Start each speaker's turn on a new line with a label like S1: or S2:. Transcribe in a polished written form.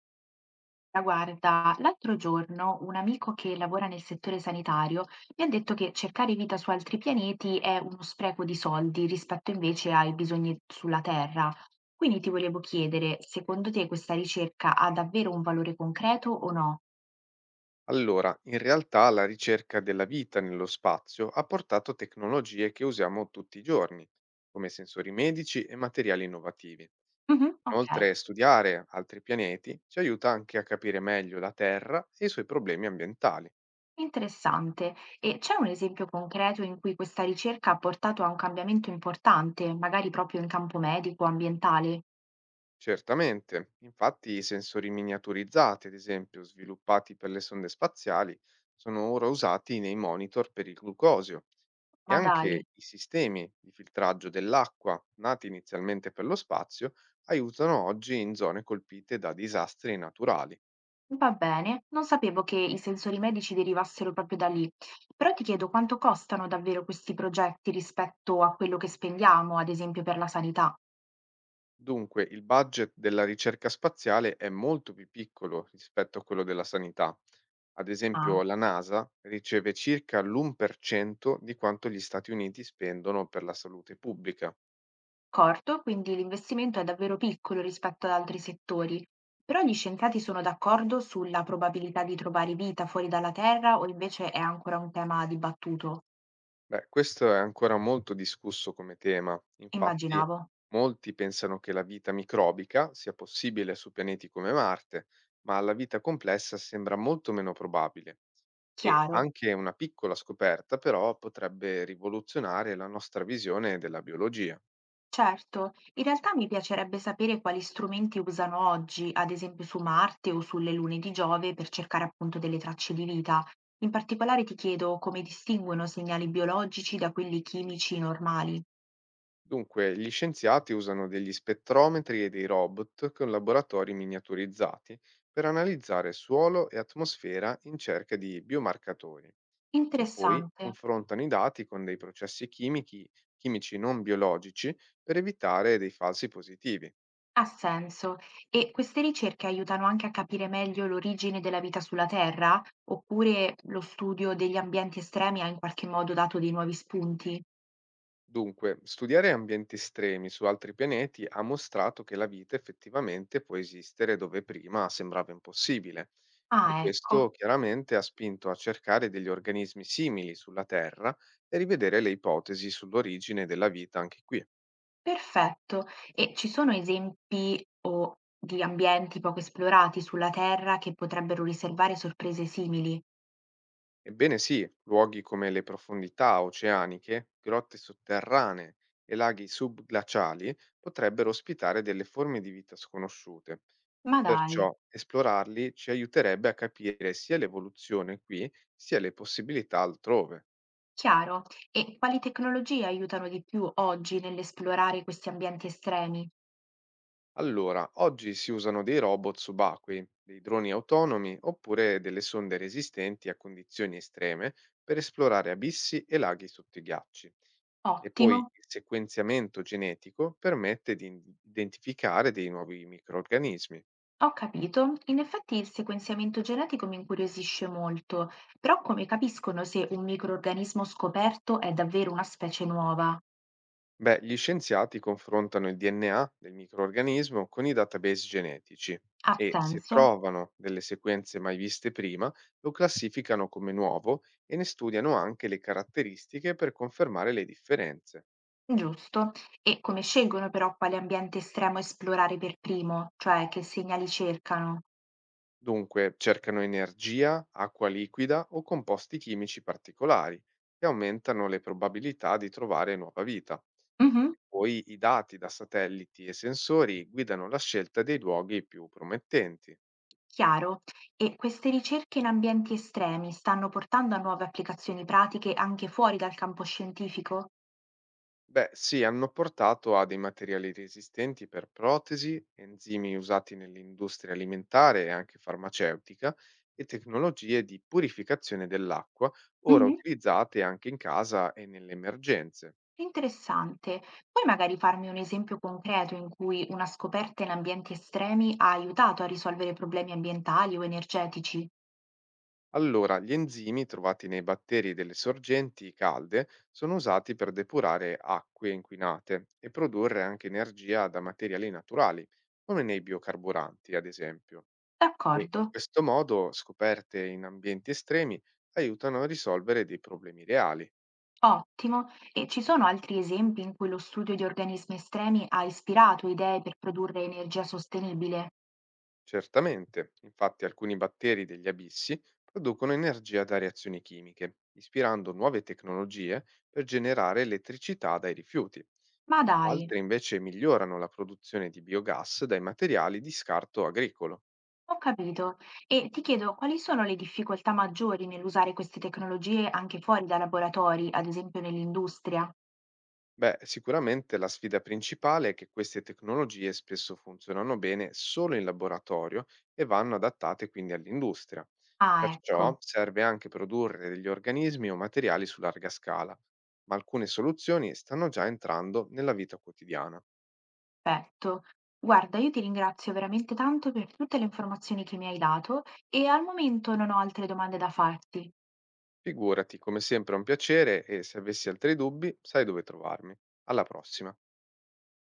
S1: Ma guarda, l'altro giorno un amico che lavora nel settore sanitario mi ha detto che cercare vita su altri pianeti è uno spreco di soldi rispetto invece ai bisogni sulla Terra. Quindi ti volevo chiedere, secondo te questa ricerca ha davvero un valore concreto o no?
S2: Allora, in realtà la ricerca della vita nello spazio ha portato tecnologie che usiamo tutti i giorni, come sensori medici e materiali innovativi.
S1: Mhm. Ok,
S2: Inoltre, studiare altri pianeti ci aiuta anche a capire meglio la Terra e i suoi problemi ambientali.
S1: interessante. E c'è un esempio concreto in cui questa ricerca ha portato a un cambiamento importante, magari proprio in campo medico, ambientale?
S2: Certamente, infatti i sensori miniaturizzati, ad esempio, sviluppati per le sonde spaziali, sono ora usati nei monitor per il glucosio e
S1: Ma dai.
S2: anche i sistemi di filtraggio dell'acqua, nati inizialmente per lo spazio, aiutano oggi in zone colpite da disastri naturali.
S1: Va bene, non sapevo che i sensori medici derivassero proprio da lì, però ti chiedo quanto costano davvero questi progetti rispetto a quello che spendiamo, ad esempio per la sanità.
S2: Dunque, il budget della ricerca spaziale è molto più piccolo rispetto a quello della sanità. Ad esempio,
S1: Ah,
S2: la NASA riceve circa l'1% di quanto gli Stati Uniti spendono per la salute pubblica.
S1: corto, quindi l'investimento è davvero piccolo rispetto ad altri settori, però gli scienziati sono d'accordo sulla probabilità di trovare vita fuori dalla Terra o invece è ancora un tema dibattuto?
S2: Beh, questo è ancora molto discusso come tema. Infatti,
S1: Immaginavo.
S2: molti pensano che la vita microbica sia possibile su pianeti come Marte, ma la vita complessa sembra molto meno probabile. E
S1: Chiaro.
S2: anche una piccola scoperta, però, potrebbe rivoluzionare la nostra visione della biologia.
S1: Certo, in realtà mi piacerebbe sapere quali strumenti usano oggi, ad esempio su Marte o sulle lune di Giove, per cercare appunto delle tracce di vita. In particolare ti chiedo come distinguono segnali biologici da quelli chimici normali.
S2: Dunque, gli scienziati usano degli spettrometri e dei robot con laboratori miniaturizzati per analizzare suolo e atmosfera in cerca di biomarcatori e poi
S1: Interessante,
S2: confrontano i dati con dei processi chimici non biologici per evitare dei falsi positivi.
S1: ha senso. E queste ricerche aiutano anche a capire meglio l'origine della vita sulla Terra, oppure lo studio degli ambienti estremi ha in qualche modo dato dei nuovi spunti?
S2: Dunque, studiare ambienti estremi su altri pianeti ha mostrato che la vita effettivamente può esistere dove prima sembrava impossibile e
S1: Ah, ecco.
S2: questo chiaramente ha spinto a cercare degli organismi simili sulla Terra e rivedere le ipotesi sull'origine della vita anche qui.
S1: Perfetto. E ci sono esempi o di ambienti poco esplorati sulla Terra che potrebbero riservare sorprese simili?
S2: Ebbene sì, luoghi come le profondità oceaniche, grotte sotterranee e laghi subglaciali potrebbero ospitare delle forme di vita sconosciute.
S1: Ma dai,
S2: Perciò esplorarli ci aiuterebbe a capire sia l'evoluzione qui, sia le possibilità altrove.
S1: chiaro. E quali tecnologie aiutano di più oggi nell'esplorare questi ambienti estremi?
S2: Allora, oggi si usano dei robot subacquei, dei droni autonomi oppure delle sonde resistenti a condizioni estreme per esplorare abissi e laghi sotto i ghiacci. E poi
S1: Ottimo.
S2: il sequenziamento genetico permette di identificare dei nuovi microrganismi.
S1: Ho capito, in effetti il sequenziamento genetico mi incuriosisce molto, però come capiscono se un microrganismo scoperto è davvero una specie nuova?
S2: Beh, gli scienziati confrontano il DNA del microrganismo con i database genetici
S1: Ha
S2: e se
S1: senso?
S2: trovano delle sequenze mai viste prima, lo classificano come nuovo e ne studiano anche le caratteristiche per confermare le differenze.
S1: Giusto. E come scelgono però quale ambiente estremo esplorare per primo, cioè che segnali cercano?
S2: Dunque, cercano energia, acqua liquida o composti chimici particolari che aumentano le probabilità di trovare nuova vita.
S1: Mhm.
S2: Poi i dati da satelliti e sensori guidano la scelta dei luoghi più promettenti.
S1: Chiaro. E queste ricerche in ambienti estremi stanno portando a nuove applicazioni pratiche anche fuori dal campo scientifico?
S2: Beh, sì, hanno portato a dei materiali resistenti per protesi, enzimi usati nell'industria alimentare e anche farmaceutica e tecnologie di purificazione dell'acqua, ora
S1: Mhm.
S2: utilizzate anche in casa e nelle emergenze.
S1: Interessante. Puoi magari farmi un esempio concreto in cui una scoperta in ambienti estremi ha aiutato a risolvere problemi ambientali o energetici?
S2: Allora, gli enzimi trovati nei batteri delle sorgenti calde sono usati per depurare acque inquinate e produrre anche energia da materiali naturali, come nei biocarburanti, ad esempio. E in
S1: D'accordo.
S2: questo modo, scoperte in ambienti estremi aiutano a risolvere dei problemi reali.
S1: Ottimo. E ci sono altri esempi in cui lo studio di organismi estremi ha ispirato idee per produrre energia sostenibile?
S2: Certamente, infatti, alcuni batteri degli abissi producono energia da reazioni chimiche, ispirando nuove tecnologie per generare elettricità dai rifiuti.
S1: Ma dai,
S2: Altre invece migliorano la produzione di biogas dai materiali di scarto agricolo.
S1: ho capito. E ti chiedo quali sono le difficoltà maggiori nell'usare queste tecnologie anche fuori da laboratori, ad esempio nell'industria?
S2: Beh, sicuramente la sfida principale è che queste tecnologie spesso funzionano bene solo in laboratorio e vanno adattate quindi all'industria.
S1: Ah,
S2: Perciò
S1: ecco,
S2: serve anche produrre degli organismi o materiali su larga scala, ma alcune soluzioni stanno già entrando nella vita quotidiana.
S1: perfetto. Guarda, io ti ringrazio veramente tanto per tutte le informazioni che mi hai dato e al momento non ho altre domande da farti.
S2: Figurati, come sempre è un piacere e se avessi altri dubbi sai dove trovarmi. Alla prossima.